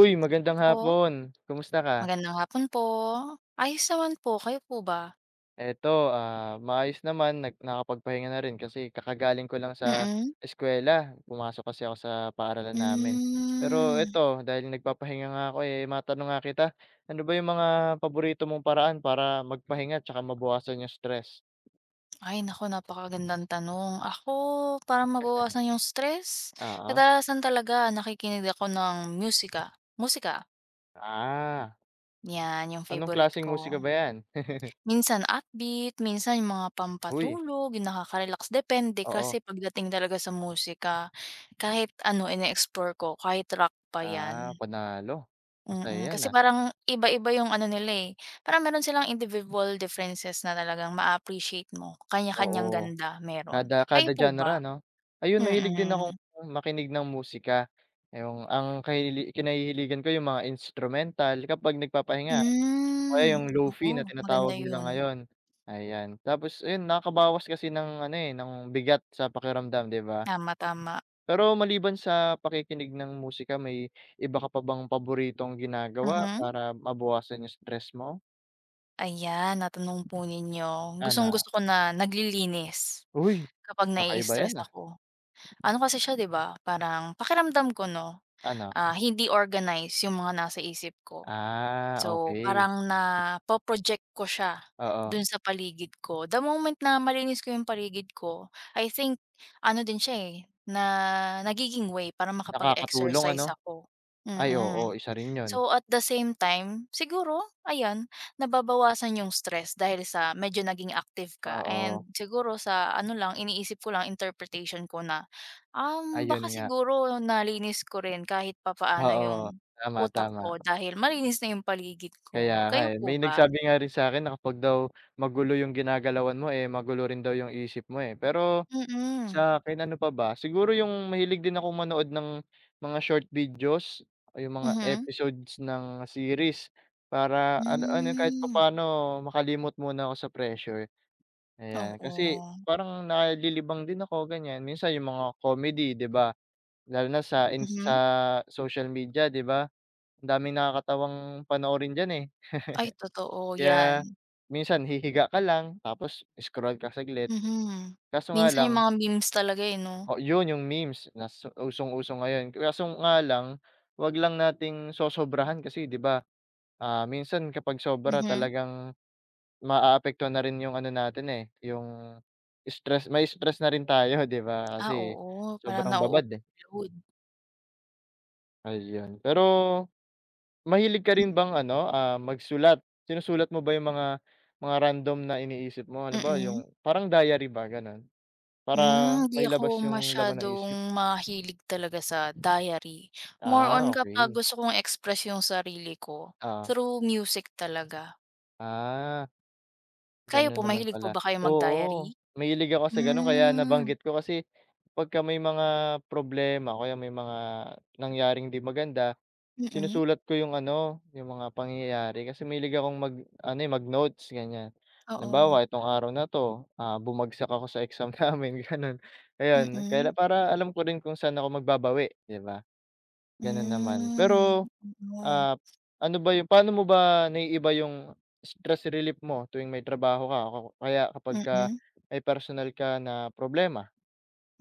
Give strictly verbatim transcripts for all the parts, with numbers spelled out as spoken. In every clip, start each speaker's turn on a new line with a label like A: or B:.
A: Uy,
B: Hello
A: magandang
B: po,
A: hapon. Kumusta ka?
B: magandang hapon po. Ayos naman po, kayo po ba?
A: Eto, ah, maayos naman nag nakapagpahinga na rin kasi kakagaling ko lang sa
B: Mm-mm. Mm.
A: eskuwela. Pumasok kasi ako sa paaralan namin. Pero
B: Hmm,
A: eto, dahil nagpapahinga nga ako, eh, matanong nga kita, ano ba yung mga paborito mong paraan para magpahinga tsaka mabawasan yung stress?
B: ay naku, napakagandang tanong. Ako, para mabawasan yung stress,
A: Oo.
B: kadalasan talaga nakikinig ako ng musika musika,
A: Ah,
B: 'yan yung
A: anong
B: favorite
A: klaseng
B: ko.
A: musika ba yan?
B: Minsan upbeat, minsan yung mga
A: Uy,
B: pampatulog, yung nakaka-relax, depende
A: oo.
B: kasi pagdating talaga sa musika. Kahit ano ine-explore ko, kahit rock pa
A: Ah,
B: 'yan.
A: panalo. Masaya
B: Mm,
A: yan,
B: kasi
A: ah.
B: parang iba-iba yung ano nila, eh, parang meron silang individual differences na talagang ma-a-appreciate mo, kanya-kanyang
A: Oo.
B: ganda meron.
A: Kada kada
B: Kayo po
A: genre,
B: ba?
A: 'no? Ayun, mahilig din akong
B: Mm.
A: makinig ng musika, yung ang kahili kinahihiligan ko yung mga instrumental kapag nagpapahinga o
B: Hmm,
A: kaya yung Hmm. lofi
B: oo,
A: na
B: maganda
A: tinatawag nila
B: yun.
A: ngayon, ayan. Tapos ayun, nakakabawas kasi ng ano, eh, ng bigat sa pakiramdam, 'di ba?
B: Tama, tama.
A: Pero maliban sa pakikinig ng musika, may iba ka pa bang paboritong ginagawa
B: Mhm.
A: para mabawasan yung stress mo?
B: Ayan, natanong po ninyo,
A: Ano?
B: gustong-gusto ko na naglilinis
A: Uy,
B: kapag
A: kakaiba
B: nai-stress
A: 'yan, ah.
B: ako. Ano kasi siya 'di ba, parang pakiramdam ko 'no,
A: Ano?
B: ah, hindi organize yung mga nasa isip ko.
A: Ah,
B: So,
A: okey,
B: parang napo-project ko siya
A: oo.
B: dun sa paligid ko. The moment na malinis ko yung paligid ko, I think ano din siya, eh, na nagiging way para
A: Nakakatulong,
B: makapag-exercise
A: ano?
B: ako.
A: Ay
B: Mm.
A: oo, isa rin yun.
B: So, at the same time, siguro ayan, nababawasan yung stress dahil sa medyo naging active ka,
A: Oo,
B: and siguro sa ano lang, iniisip ko lang, interpretation ko na, um,
A: ayun
B: baka
A: nga.
B: siguro nalinis ko rin kahit papaano yung
A: Oo, tama,
B: utak
A: tama.
B: ko dahil malinis na yung paligid ko.
A: Kaya nga,
B: Kayo
A: eh.
B: po
A: May
B: ba?
A: nagsabi nga rin sa'kin na kapag daw magulo yung ginagalawan mo, eh, magulo rin daw yung isip mo, eh. Pero
B: Mm.
A: sa'kin ano pa ba, siguro yung mahilig din akong manood ng mga short videos, o yung mga
B: Mhm.
A: episodes ng series para ano ano, kahit
B: Hmm,
A: papaano makalimot muna ako sa pressure, ayan. Kasi
B: oo.
A: parang nalilibang din ako, ganyan. Minsan yung mga comedy, 'di ba? Lalo na sa Mm. ins sa
B: Mhm.
A: social media, 'di ba? Ang daming nakakatawang panoorin diyan, eh.
B: Ay, totoo yan.
A: Kaya minsan hihiga ka lang tapos scroll ka saglit.
B: Mhm.
A: Kaso nga
B: Minsan
A: lang
B: yung mga memes talaga, eh, 'no?
A: o yun yung memes nas usong-uso ngayon. Kaso nga lang, 'wag lang nating sosobrahan kasi 'di ba, ah, minsan kapag sobra
B: Mhm.
A: talagang maaapektuhan na rin yung ano natin, eh, yung stress mai-stress na rin tayo 'di ba,
B: Ah,
A: kasi
B: oo, parang
A: sobrang babad, eh,
B: na-o-overload.
A: ayun. Pero mahilig ka rin bang ano, ah, magsulat? Sinusulat mo ba yung mga mga random na iniisip mo? Ano ba
B: Mm.
A: yung parang diary ba, gano'n? Para
B: Hmm, hindi ako
A: mailabas yung laman ng
B: masyadong
A: isip?
B: mahilig talaga sa diary. More on
A: Ah,
B: kapag
A: okey.
B: gusto kong express yung sarili ko,
A: Oo.
B: through music talaga.
A: Ah,
B: Kayo po,
A: gano'n naman
B: mahilig po
A: pala.
B: ba kayong mag-diary?
A: Oo, mahilig ako sa gano'n kaya
B: Hmm,
A: nabanggit ko kasi pagka may mga problema o kaya may mga nangyaring 'di maganda.
B: mm.
A: Sinusulat ko yung ano, yung mga pangyayari kasi mahilig akong mag-ano, eh, mag-notes ganyan.
B: Oo,
A: Halimbawa itong araw na 'to, ah, bumagsak ako sa exam namin gano'n, ayun.
B: mm.
A: Kaya para alam ko rin kung saan ako magbabawi, 'di ba? Gano'n naman.
B: Hmm,
A: Pero,
B: oo.
A: ah, ano ba yung paano mo ba naiiba yung stress relief mo tuwing may trabaho ka o kaya
B: Mm.
A: kapagka
B: Mm.
A: may personal ka na problema?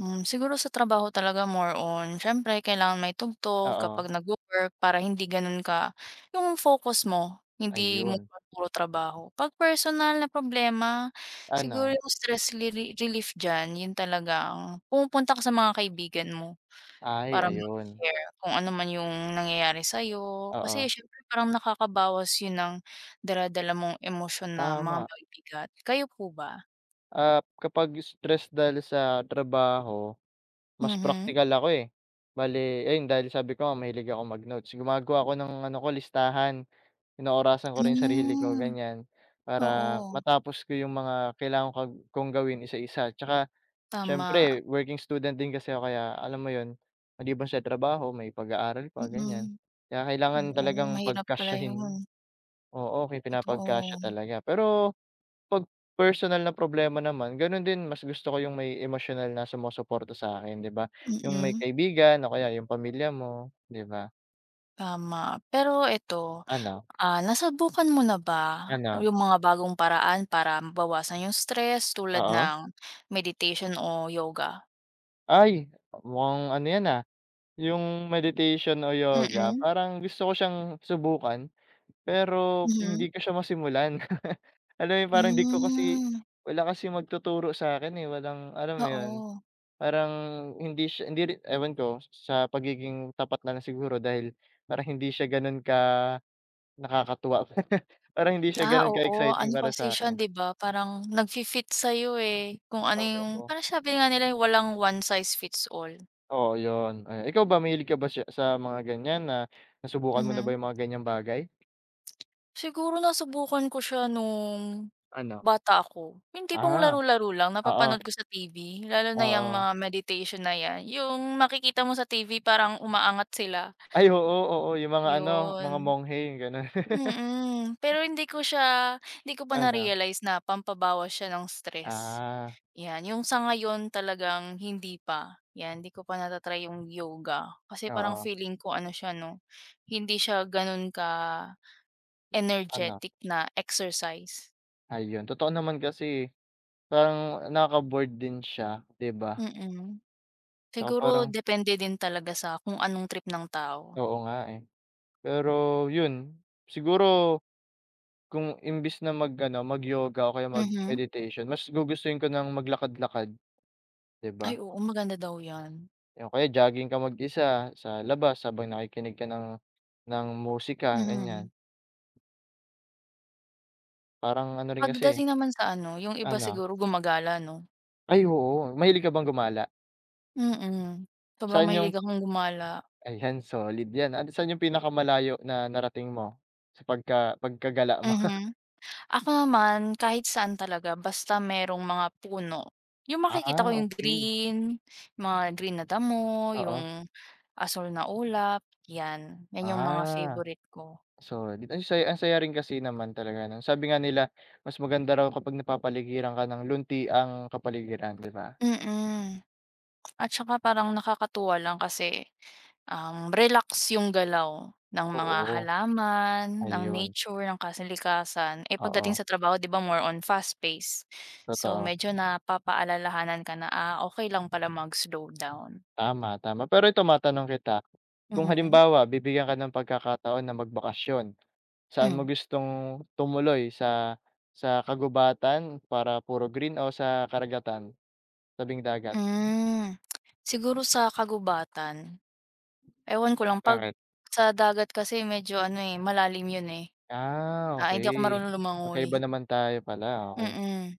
B: Hmm, siguro sa trabaho talaga more on siyempre kailangan may tugtog
A: Oo,
B: kapag nagwo-work para hindi gano'n ka yung focus mo, hindi mo
A: ayun.
B: puro trabaho. 'Pag personal na problema, siguro
A: Ano?
B: yung stress reli relief diyan, yun talagang pumupunta ka sa mga kaibigan mo
A: Ay,
B: para Hmm.
A: ayun.
B: mag-share kung ano man yung nangyayari sa'yo. Kasi
A: Oo,
B: siyempre parang nakakabawas yun ng dala mong emosyon na mga
A: tama.
B: mabibigat. Kayo po ba?
A: Ah, kapag stress dahil sa trabaho, mas
B: Mhm.
A: praktikal ako, eh. Bale ayun dahil sabi ko nga mahilig akong mag-notes, gumagawa ako ng ano ko listahan, inoorasan ko rin sarili ko
B: Hmm,
A: ganyan, para
B: oo,
A: matapos ko yung mga kailangan kag kong gawin isa-isa. Tsaka
B: tama.
A: siyempre working student din kasi ako kaya alam mo yun, maliban sa trabaho may pag-aaral pa ganyan.
B: Mm.
A: Kaya kailangan
B: Oo,
A: talagang
B: mahirap pala yun,
A: pagkasyahin oo, okay, pinapagkasya
B: totoo.
A: talaga pero 'pag personal na problema naman, gano'n din mas gusto ko yung may emosyonal na sumusuporta sa'kin, 'di ba? Yung may
B: Mm,
A: kaibigan o kaya yung pamilya mo, 'di ba?
B: tama. Pero eto,
A: Ano,
B: ah, nasubukan mo na ba
A: ano?
B: yung mga bagong paraan para mabawasan yung stress tulad
A: Oo?
B: ng meditation o yoga?
A: Ay, mukhang ano 'yan, ah, yung meditation o yoga
B: Mm,
A: parang gusto ko siyang subukan, pero
B: mhm.
A: hindi ko siya masimulan. Alam mo yun, parang 'di ko kasi
B: Hmm,
A: wala kasing magtuturo sa'kin, eh, walang alam mo yun?
B: oo.
A: Parang hindi siya hindi rin ewan ko sa pagiging tapat na lang siguro dahil parang hindi siya gano'n ka nakakatuwa. Parang hindi siya
B: Ah,
A: gano'n
B: oo.
A: ka-exciting
B: Ano
A: para
B: kasi siya
A: sa'kin.
B: 'di ba, parang nagfi-fit sa'yo, eh, kung ano yung
A: Oo,
B: parang sabi nga nila, eh, walang one size fits all.
A: oo yun. Ayan, ikaw ba mahilig ka ba siya sa mga ganyan na nasubukan mo na
B: Mhm.
A: ba yung mga ganyang bagay?
B: Siguro nasubukan ko siya nung
A: Ano?
B: bata ako, yung tipong
A: Ah,
B: laro-laro lang
A: oo,
B: napapanood ko sa T V, lalo na yang
A: oo.
B: mga meditation na yan, yung makikita mo sa T V parang umaangat sila,
A: Ay oo, oo yung mga ano, mga
B: yun.
A: monghe yung gano'n.
B: Mm, pero hindi ko siya hindi ko pa
A: Ano?
B: na-realize na pampabawas siya ng stress,
A: Ah,
B: yan. Yung sa ngayon talagang hindi pa, yan, hindi ko pa nata-try yung yoga kasi parang
A: oo,
B: feeling ko ano siya 'no, hindi siya ganun ka
A: ano?
B: energetic na exercise.
A: Ayun, totoo naman kasi parang nakaka-bored din siya, 'di ba?
B: mm.
A: Tsaka
B: Siguro
A: parang
B: depende din talaga sa kung anong trip ng tao.
A: oo nga, eh. Pero yun, siguro kung imbis na mag-ano, mag-yoga o kaya
B: Mhm.
A: mag-meditation, mas gugustuhin ko ng maglakad-lakad, 'di
B: Ay,
A: ba?
B: oo, maganda daw 'yan.
A: O kaya jogging ka mag-isa sa labas habang nakikinig ka ng ng musika, ganiyan.
B: Mhm.
A: Parang ano rin kasi, eh,
B: Pagdating naman sa ano, yung iba
A: ano
B: siguro gumagala 'no?
A: ay, oo. Mahilig ka bang gumala?
B: Mm. Sobrang
A: Saan
B: mahilig
A: yung
B: akong gumala.
A: ayan, solid 'yan. Ano saan yung pinakamalayo na narating mo sa pagka pagkagala mo?
B: Mhm. Ako naman kahit saan talaga basta merong mga puno. Yung makikita ko
A: Ah,
B: yung
A: okey.
B: green, mga green na damo,
A: Oo.
B: yung asul na ulap, 'yan. 'Yan yung mga
A: Ah,
B: favorite ko.
A: so di ang saya, ang saya rin kasi naman talaga nun. Sabi nga nila, mas maganda raw kapag napapaligiran ka ng lunti ang kapaligiran, 'di ba?
B: Mm. At saka parang nakakatuwa lang kasi Um, relax yung galaw ng mga
A: Oo.
B: halaman, ng
A: Ayun,
B: nature, ng kasilikasan. Eh, pagdating
A: oo,
B: sa trabaho 'di ba more on fast pace. So,
A: totoo.
B: medyo napapaalalahanan ka na, ah, okay lang pala mag-slow down.
A: Tama, tama. Pero ito matanong kita, kung
B: Mhm.
A: halimbawa bibigyan ka ng pagkakataon na magbakasyon, saan mo
B: Hmm.
A: gustong tumuloy sa sa kagubatan para puro green o sa karagatan, tabing dagat?
B: Hmm. Siguro sa kagubatan. Ewan ko lang 'pag
A: Bakit?
B: sa dagat kasi medyo ano, eh, malalim yun, eh.
A: Ah,
B: Ah, hindi ako
A: okay.
B: marunong lumangoy.
A: Magkaiba naman tayo pala, okay.
B: Mm.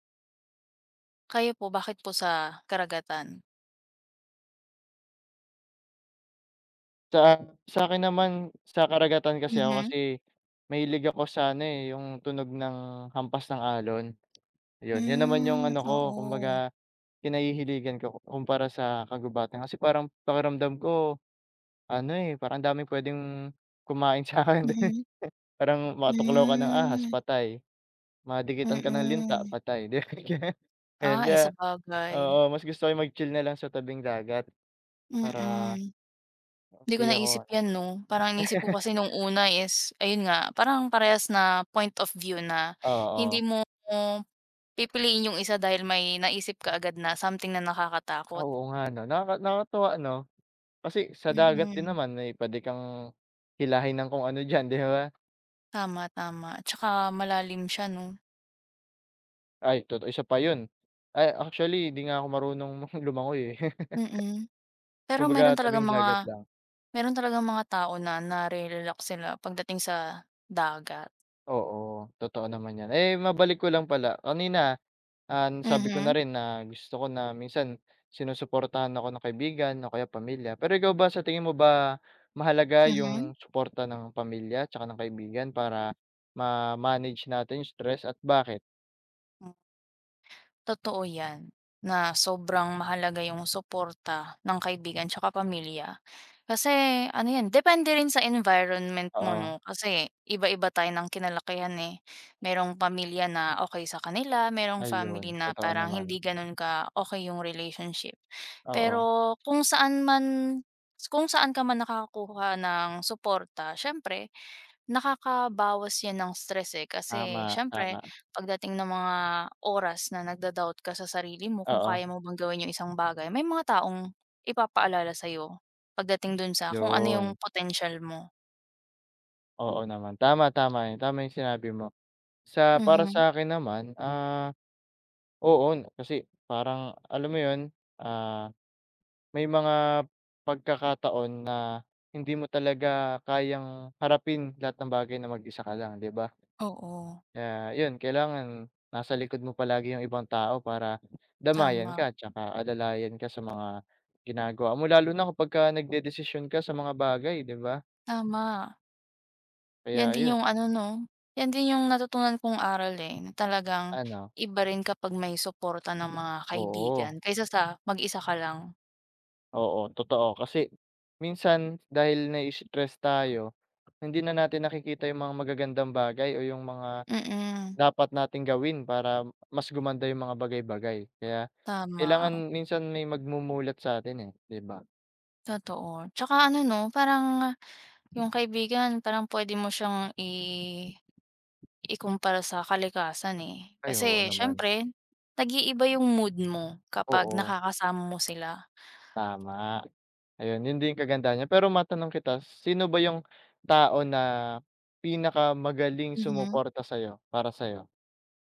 B: Kayo po, bakit po sa karagatan?
A: Sa sa akin naman, sa karagatan kasi ako
B: Mhm.
A: kasi mahilig ako sa ano, eh, yung tunog ng hampas ng alon, yun. Yun naman yung
B: Hmm,
A: ano ko,
B: oo.
A: kumbaga kinahihiligan ko kumpara sa kagubatan. Kasi parang pakiramdam ko ano, eh, parang ang daming puwedeng kumain sa'kin eh.
B: Mhm,
A: Parang makatuklaw ka ng ahas,
B: hmm,
A: patay. Madikitan ka ng linta,
B: mm.
A: patay, 'di ba, ganun. Ayun,
B: Ah, eh,
A: kaya oo,
B: sabagay.
A: mas gusto ko yung mag-chill na lang sa tabing dagat para
B: Mm. Hindi ko
A: hindi ako
B: naisip
A: ano
B: 'yan 'no, parang iniisip ko kasi nung una is ayun nga, parang parehas na point of view na
A: oo.
B: hindi mo pipiliin yung isa dahil may naisip ka agad na something na
A: Ah,
B: nakakatakot.
A: oo nga 'no, nakaka nakakatuwa 'no? Kasi sa dagat din
B: Mm.
A: naman may puwede kang hilahin ng kung ano diyan, 'di ba?
B: Tama, tama, tsaka malalim siya 'no.
A: Ay toto isa pa yun. Ay actually hindi nga ako marunong lumangoy, eh.
B: Mm. Pero
A: Kumbaga
B: meron talagang
A: tabing dagat
B: mga
A: lang.
B: meron talagang mga tao na nare-relax sila pagdating sa dagat.
A: Oo, totoo naman yan. Eh, mabalik ko lang pala, kanina, ah, nasabi ko na
B: Mhm,
A: rin na gusto ko na minsan sinusuportahan ako ng kaibigan o kaya pamilya. Pero ikaw ba, sa tingin mo ba mahalaga yung
B: mhm.
A: suporta ng pamilya tsaka ng kaibigan para ma-manage natin yung stress at bakit?
B: Totoo 'yan, na sobrang mahalaga yung suporta ng kaibigan tsaka pamilya. Kasi ano 'yan, depende rin sa environment mo
A: Oo,
B: 'no, kasi iba-iba tayo ng kinalakihan, eh. Merong pamilya na okay sa kanila, merong
A: ayun,
B: family na
A: totoo
B: parang
A: naman.
B: hindi gano'n ka okay yung relationship.
A: Oo,
B: Pero kung saan man kung saan ka man nakakakuha ng suporta, siyempre nakakabawas 'yan ng stress, eh, kasi
A: tama,
B: siyempre
A: tama.
B: pagdating ng mga oras na nagda-doubt ka sa sarili mo kung
A: Oo,
B: kaya mo bang gawin yung isang bagay, may mga taong ipapaalala sa'yo pagdating dun sa kung ano yung
A: 'yun.
B: potential mo.
A: Oo naman, tama, tama 'yun, tama 'yung sinabi mo. Sa para
B: Mhm,
A: sa akin naman, ah, oo n- kasi parang alam mo 'yun, ah, may mga pagkakataon na hindi mo talaga kayang harapin lahat ng bagay na mag-isa ka lang, 'di ba?
B: oo,
A: Kaya 'yun, kailangan nasa likod mo palagi 'yung ibang tao para damayan
B: tama,
A: ka 'tsaka alalayan ka sa mga ginagawa mo, lalo na kapagka nagdedesisyon ka sa mga bagay, 'di ba?
B: tama. 'Yan
A: Kaya
B: din
A: yun,
B: yung ano 'no, 'yan din yung natutunan kong aral, eh, na talagang
A: ano
B: iba rin kapag may suporta ng mga kaibigan
A: oo,
B: kaysa sa mag-isa ka lang.
A: oo, totoo. Kasi minsan dahil nai-stress tayo, hindi na natin nakikita yung mga magagandang bagay o yung mga
B: Mm,
A: dapat nating gawin para mas gumanda yung mga bagay-bagay. Kaya
B: tama.
A: kailangan minsan may magmumulat sa'tin, eh, 'di ba?
B: Totoo. Tsaka ano 'no, parang yung kaibigan parang puwede mo siyang i ikumpara sa kalikasan, eh.
A: Ay, oo
B: Kasi
A: naman.
B: siyempre nag-iiba yung mood mo kapag
A: Oo,
B: nakakasama mo sila.
A: tama. Ayun, yun din yung kagandahan niya. Pero matanong kita, sino ba yung tao na pinakamagaling
B: Mhm.
A: sumuporta sa'yo, para sa'yo?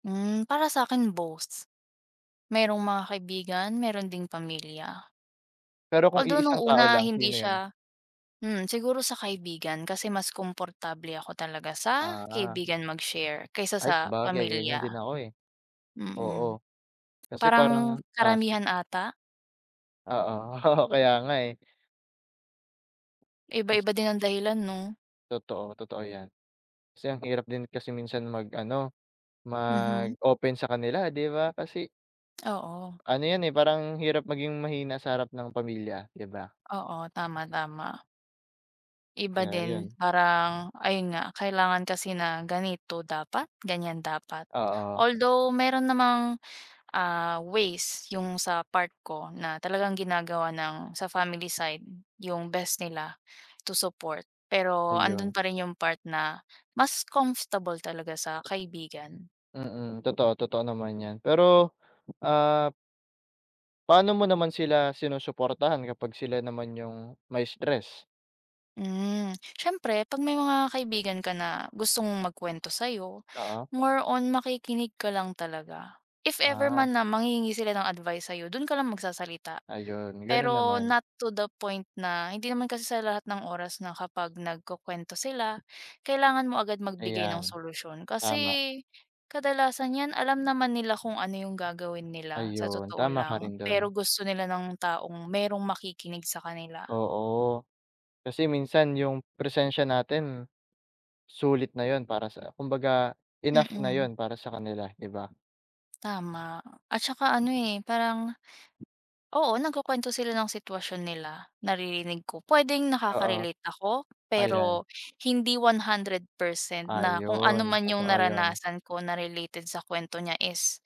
B: Hmm, para sa akin, both. Merong mga kaibigan, meron ding pamilya.
A: Pero kung
B: Although nung
A: iisang tao
B: una
A: lang,
B: hindi
A: sino yun?
B: siya hmm, siguro sa kaibigan kasi mas komportable ako talaga sa
A: Ah,
B: kaibigan mag-share kaysa
A: ay
B: sa
A: sabagay ganyan din
B: pamilya.
A: ako, eh, oo.
B: mm.
A: Kasi
B: Parang
A: parang, ah, si
B: karamihan ata.
A: oo, kaya nga, eh, tas
B: Iba-iba din ang dahilan 'no?
A: totoo, totoo yan. Kasi ang hirap din kasi minsan mag-ano,
B: Mhm,
A: mag-open sa kanila 'di ba? Kasi
B: oo,
A: ano yan, eh, parang hirap maging mahina sa harap ng pamilya 'di ba?
B: oo, tama, tama. Iba
A: Kaya
B: din
A: yun,
B: parang ayun nga kailangan kasi na ganito dapat, ganyan dapat.
A: oo,
B: Although meron namang, ah, ways yung sa part ko na talagang ginagawa ng sa family side yung best nila to support. Pero andun
A: ayun.
B: pa rin yung part na mas comfortable talaga sa kaibigan.
A: Mm, totoo, totoo naman yan. Pero, ah, paano mo naman sila sinusuportahan kapag sila naman yung may stress?
B: Hmm, siyempre 'pag may mga kaibigan ka na gustong magkuwento sa'yo,
A: Oo,
B: more on makikinig ka lang talaga. If ever
A: ah,
B: man na manghihingi sila ng advice sa'yo, dun ka lang magsasalita.
A: ayun, ganun
B: Pero
A: naman,
B: not to the point na hindi naman kasi sa lahat ng oras na kapag nagkukuwento sila, kailangan mo agad magbigay ng
A: ayan.
B: solusyon. Kasi
A: Tama,
B: kadalasan 'yan alam naman nila kung ano yung gagawin nila, sa
A: ayun
B: totoo
A: tama ka
B: lang.
A: rin dun,
B: Pero gusto nila ng taong merong makikinig sa kanila.
A: oo. Kasi minsan yung presensya natin sulit na yun para sa kumbaga enough na
B: mm.
A: yun para sa kanila, 'di ba?
B: Tama. At saka ano, eh, parang oo, nagkukuwento sila ng sitwasyon nila, naririnig ko. Pwedeng
A: Oo,
B: nakaka-relate ako,
A: ayan,
B: pero hindi one hundred percent na kung ano
A: ayun,
B: man yung
A: totoo yun,
B: naranasan ko na related sa kwento niya is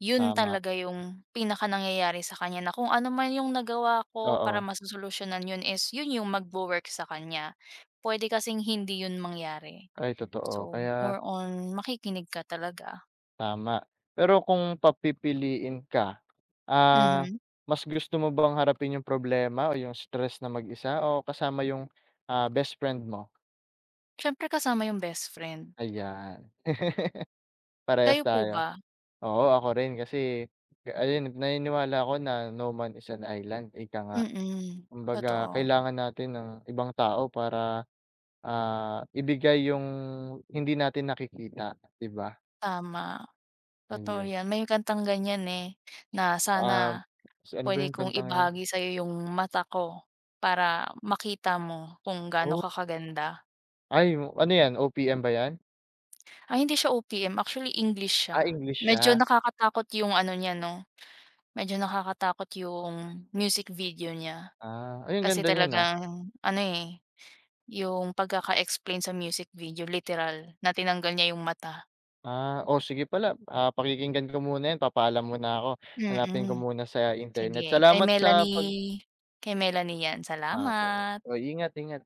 B: yun
A: tama,
B: talaga yung pinakanangyayari sa kanya na kung ano man yung nagawa ko
A: oo,
B: para masosolusyunan yun is yun yung magwo-work sa kanya. Puwede kasing hindi yun mangyari.
A: ay totoo
B: So,
A: kaya
B: more on makikinig ka talaga.
A: tama. Pero kung papipiliin ka, ah,
B: Mhm.
A: mas gusto mo bang harapin yung problema o yung stress na mag-isa o kasama yung, ah, best friend mo?
B: Siyempre kasama yung best friend.
A: Ayan, parehas
B: Kayo po
A: tayo.
B: ba?
A: Oo, ako rin kasi ka- ayun naniniwala ako na no man is an island, ika nga.
B: Mm.
A: Kumbaga
B: Totoo,
A: kailangan natin ng ibang tao para, ah, ibigay yung hindi natin nakikita, 'di ba?
B: tama. Totoo
A: Ayun,
B: 'yan. May kantang ganyan, eh, na sana
A: um, ano ba
B: puwede
A: yung
B: kong
A: kantang yun?
B: ibahagi sa'yo yung mata ko para makita mo kung gaano
A: Oh,
B: ka kaganda.
A: ay mo- ano yan O P M ba yan?
B: Ay, hindi siya O P M, actually English
A: Ah,
B: siya.
A: English
B: Medyo
A: siya,
B: nakakatakot yung ano niya 'no, medyo nakakatakot yung music video niya.
A: ah, ay
B: Kasi
A: ganda niyan, na.
B: talagang ano, eh, yung pagkaka-explain sa music video literal na tinanggal niya yung mata.
A: Ah, oh sige pala, ah, pakikinggan ko muna yan papaalam muna ako, hanapin ko
B: Mm,
A: muna sa internet.
B: sige. Kay
A: Salamat sa pag
B: Melanie kay Melanie 'yan.
A: okey, o
B: Salamat.
A: ingat, ingat.